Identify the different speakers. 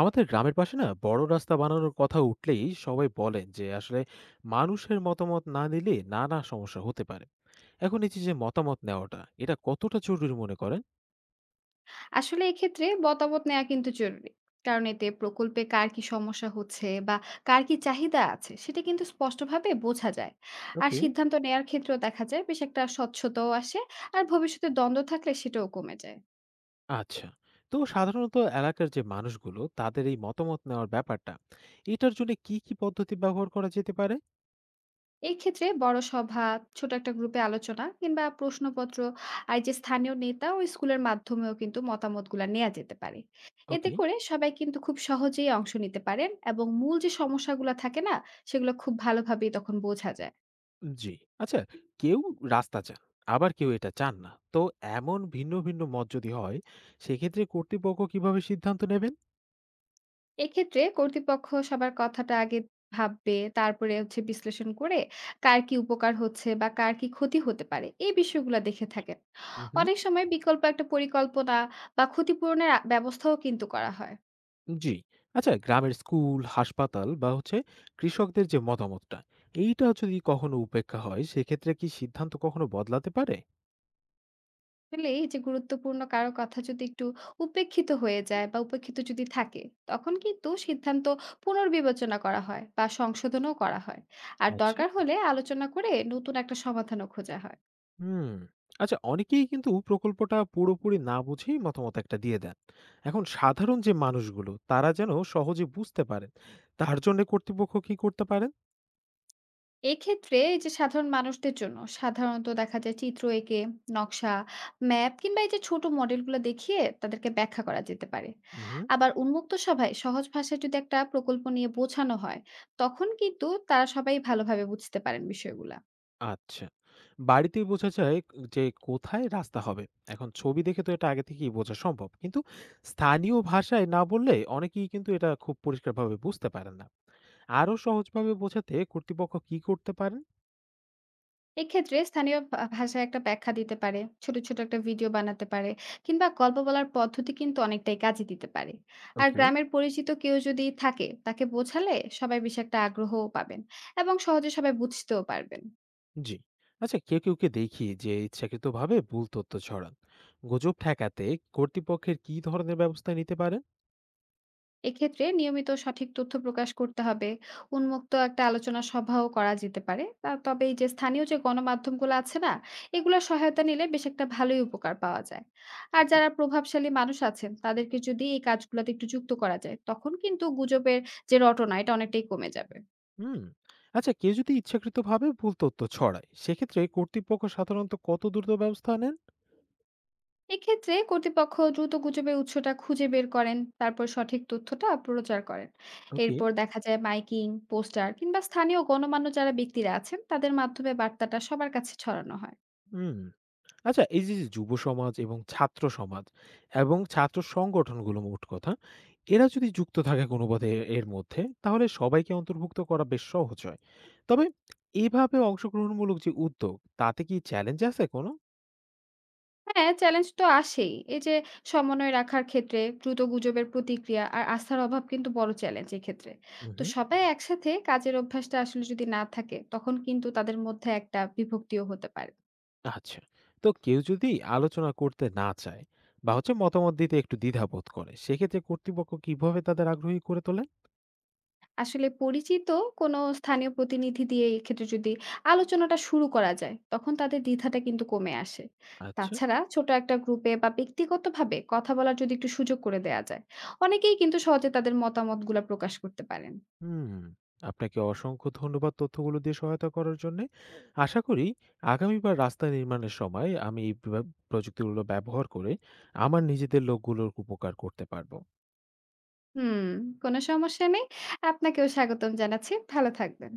Speaker 1: আমাদের গ্রামের পাশে না বড় রাস্তা বানানোর কথা উঠলেই সবাই বলেন যে আসলে মানুষের মতামত না নিলে নানা সমস্যা হতে পারে। এখন এই যে যে মতামত নেওয়াটা এটা কতটা জরুরি মনে করেন?
Speaker 2: আসলে এক্ষেত্রে মতামত নেওয়া কিন্তু জরুরি। কারণ এতে প্রকল্পে কার কি সমস্যা হচ্ছে বা কার কি চাহিদা আছে সেটা কিন্তু স্পষ্টভাবে বোঝা যায়। আর
Speaker 1: ওকে।
Speaker 2: সিদ্ধান্ত নেয়ার ক্ষেত্রেও দেখা যায় বেশ একটা স্বচ্ছতাও আসে, আর ভবিষ্যতে দ্বন্দ্ব থাকলে সেটাও কমে যায়।
Speaker 1: আচ্ছা, তো সাধারণত এলাকার যে মানুষগুলো তাদের এই মতামত নেওয়ার ব্যাপারটা, এটার জন্য কি কি পদ্ধতি ব্যবহার করা যেতে পারে?
Speaker 2: এই ক্ষেত্রে বড় সভা, ছোট একটা গ্রুপে আলোচনা কিংবা প্রশ্নপত্র আর যে স্থানীয় নেতা ও স্কুলের মাধ্যমেও কিন্তু মতামতগুলা নেওয়া যেতে পারে। এতে
Speaker 1: ওকে।
Speaker 2: করে সবাই কিন্তু খুব সহজেই অংশ নিতে পারেন এবং মূল যে সমস্যাগুলা থাকে না, সেগুলো খুব ভালোভাবেই তখন বোঝা যায়।
Speaker 1: জি। আচ্ছা, কেউ রাস্তা চান, আবার কেউ এটা চান না, তো এমন ভিন্ন ভিন্ন মত যদি হয় সেক্ষেত্রে কর্তৃপক্ষ কিভাবে সিদ্ধান্ত নেবেন?
Speaker 2: এক্ষেত্রে কর্তৃপক্ষ সবার কথাটা আগে ভাববে, তারপরে হচ্ছে বিশ্লেষণ করে কার কি উপকার হচ্ছে বা কার কি ক্ষতি হতে পারে এই বিষয়গুলো দেখে থাকেন।
Speaker 1: হুম।
Speaker 2: অনেক সময় বিকল্প একটা পরিকল্পনা বা ক্ষতিপূরণের ব্যবস্থাও কিন্তু করা হয়।
Speaker 1: জি। আচ্ছা, গ্রামের স্কুল, হাসপাতাল বা হচ্ছে কৃষকদের যে মতামতটা, এইটা যদি কখনো উপেক্ষা হয়, সেক্ষেত্রে কি সিদ্ধান্ত কখনো বদলাতে পারে?
Speaker 2: আসলে এই যে গুরুত্বপূর্ণ কারো কথা যদি একটু উপেক্ষিত হয়ে যায় বা উপেক্ষিত যদি থাকে, তখন কিন্তু সিদ্ধান্ত পুনর্বিবেচনা করা হয় বা সংশোধনও করা হয়। আর
Speaker 1: আচ্ছা।
Speaker 2: দরকার হলে আলোচনা করে নতুন একটা সমাধানও খোঁজা হয়।
Speaker 1: হুম। আচ্ছা, অনেকেই কিন্তু প্রকল্পটা পুরোপুরি না বুঝেই মতামত একটা দিয়ে দেন। এখন সাধারণ যে মানুষগুলো তারা যেন সহজে বুঝতে পারেন, তার জন্যে কর্তৃপক্ষ কি করতে পারেন?
Speaker 2: এক্ষেত্রে এই যে সাধারণ মানুষদের জন্য সাধারণত দেখা যায় চিত্র এঁকে নকশা, ম্যাপ কিংবা এই যে ছোট মডেলগুলো দেখিয়ে তাদেরকে ব্যাখ্যা করা যেতে পারে।
Speaker 1: উহু।
Speaker 2: আবার উন্মুক্ত সভায় সহজ ভাষায় যদি একটা প্রকল্প নিয়ে বোঝানো হয়, তখন কিন্তু তারা সবাই ভালোভাবে বুঝতে পারেন বিষয়গুলা।
Speaker 1: আচ্ছা। বাড়িতেই বোঝা যায় যে কোথায় রাস্তা হবে। এখন ছবি দেখে তো এটা আগে থেকেই বোঝা সম্ভব, কিন্তু স্থানীয় ভাষায় না বললে অনেকেই কিন্তু এটা খুব পরিষ্কারভাবে বুঝতে পারেন না। আরো সহজভাবে বোঝাতে কর্তৃপক্ষ কি করতে পারেন?
Speaker 2: এক্ষেত্রে স্থানীয় ভাষায় একটা ব্যাখ্যা দিতে পারে, ছোট, ছোট একটা ভিডিও বানাতে পারে কিংবা গল্প বলার পদ্ধতি কিন্তু অনেকটাই কাজে দিতে পারে। আর
Speaker 1: ওকে।
Speaker 2: গ্রামের পরিচিত কেউ যদি থাকে, তাকে বোঝালে সবাই বেশ একটা আগ্রহও পাবেন এবং সহজে সবাই বুঝতেও পারবেন।
Speaker 1: জি। আচ্ছা, কেউ কেউকে দেখি যে ইচ্ছাকৃতভাবে ভুল তথ্য ছড়ান। গুজব ঠেকাতে কর্তৃপক্ষের কি ধরনের ব্যবস্থা নিতে পারেন?
Speaker 2: এক্ষেত্রে নিয়মিত সঠিক তথ্য প্রকাশ করতে হবে, উন্মুক্ত একটা আলোচনা সভাও করা যেতে পারে, তবে এই যে স্থানীয় যে গণমাধ্যমগুলো আছে না, এগুলোর সহায়তা নিলে বেশ একটা ভালোই উপকার পাওয়া যায়। আর
Speaker 1: জি।
Speaker 2: যারা প্রভাবশালী মানুষ আছেন তাদেরকে যদি এই কাজগুলোতে একটু যুক্ত করা যায়, তখন কিন্তু গুজবের যে রটনা এটা অনেকটাই কমে যাবে।
Speaker 1: হুম। আচ্ছা, কেউ যদি ইচ্ছাকৃতভাবে ভুল তথ্য ছড়ায়, সেক্ষেত্রে কর্তৃপক্ষ সাধারণত কত দ্রুত ব্যবস্থা নেন?
Speaker 2: এক্ষেত্রে কর্তৃপক্ষ দ্রুত গুজবের উৎসটা খুঁজে বের করেন, তারপর সঠিক তথ্যটা প্রচার করেন।
Speaker 1: ওকে।
Speaker 2: এরপর দেখা যায় মাইকিং, পোস্টার কিংবা স্থানীয় গণমান্য যারা ব্যক্তিরা আছেন তাদের মাধ্যমে বার্তাটা সবার কাছে ছড়ানো হয়।
Speaker 1: হুম। আচ্ছা, এই যে যুব সমাজ এবং ছাত্র সমাজ এবং ছাত্র সংগঠনগুলো মোট কথা, এরা যদি যুক্ত থাকে কোনো পথে এর মধ্যে, তাহলে সবাইকে অন্তর্ভুক্ত করা বেশ সহজ হয়। তবে এভাবে অংশগ্রহণমূলক যে উদ্যোগ, তাতে কি চ্যালেঞ্জ আছে কোনো?
Speaker 2: হ্যাঁ, চ্যালেঞ্জ তো আসেই। এই যে সমন্বয় রাখার ক্ষেত্রে দ্রুত গুজবের প্রতিক্রিয়া আর আস্থার অভাব কিন্তু বড় চ্যালেঞ্জ এক্ষেত্রে। তো
Speaker 1: উহু।
Speaker 2: সবাই একসাথে কাজের অভ্যাসটা আসলে যদি না থাকে, তখন কিন্তু তাদের মধ্যে একটা বিভক্তিও হতে পারে।
Speaker 1: আচ্ছা। তো কেউ যদি আলোচনা করতে না চায় বা হচ্ছে মতামত দিতে একটু দ্বিধাবোধ করে, সেক্ষেত্রে কর্তৃপক্ষ কিভাবে তাদের আগ্রহী করে তোলে?
Speaker 2: আসলে পরিচিত কোনো স্থানীয় প্রতিনিধি দিয়ে এক্ষেত্রে যদি আলোচনাটা শুরু করা যায়, তখন তাদের দ্বিধাটা কিন্তু কমে আসে।
Speaker 1: আচ্ছা।
Speaker 2: তাছাড়া ছোট একটা গ্রুপে বা ব্যক্তিগতভাবে কথা বলার যদি একটু সুযোগ করে দেয়া যায়, অনেকেই কিন্তু সহজে তাদের মতামতগুলা প্রকাশ করতে পারেন।
Speaker 1: হুম, আপনাকে অসংখ্য ধন্যবাদ তথ্যগুলো দিয়ে সহায়তা করার জন্যে। আশা করি আগামীবার রাস্তা নির্মাণের সময় আমি এই প্রযুক্তিগুলো ব্যবহার করে আমার নিজেদের লোকগুলোর উপকার করতে পারবো।
Speaker 2: হুম, কোনো সমস্যা নেই। আপনাকেও স্বাগতম জানাচ্ছি। ভালো থাকবেন।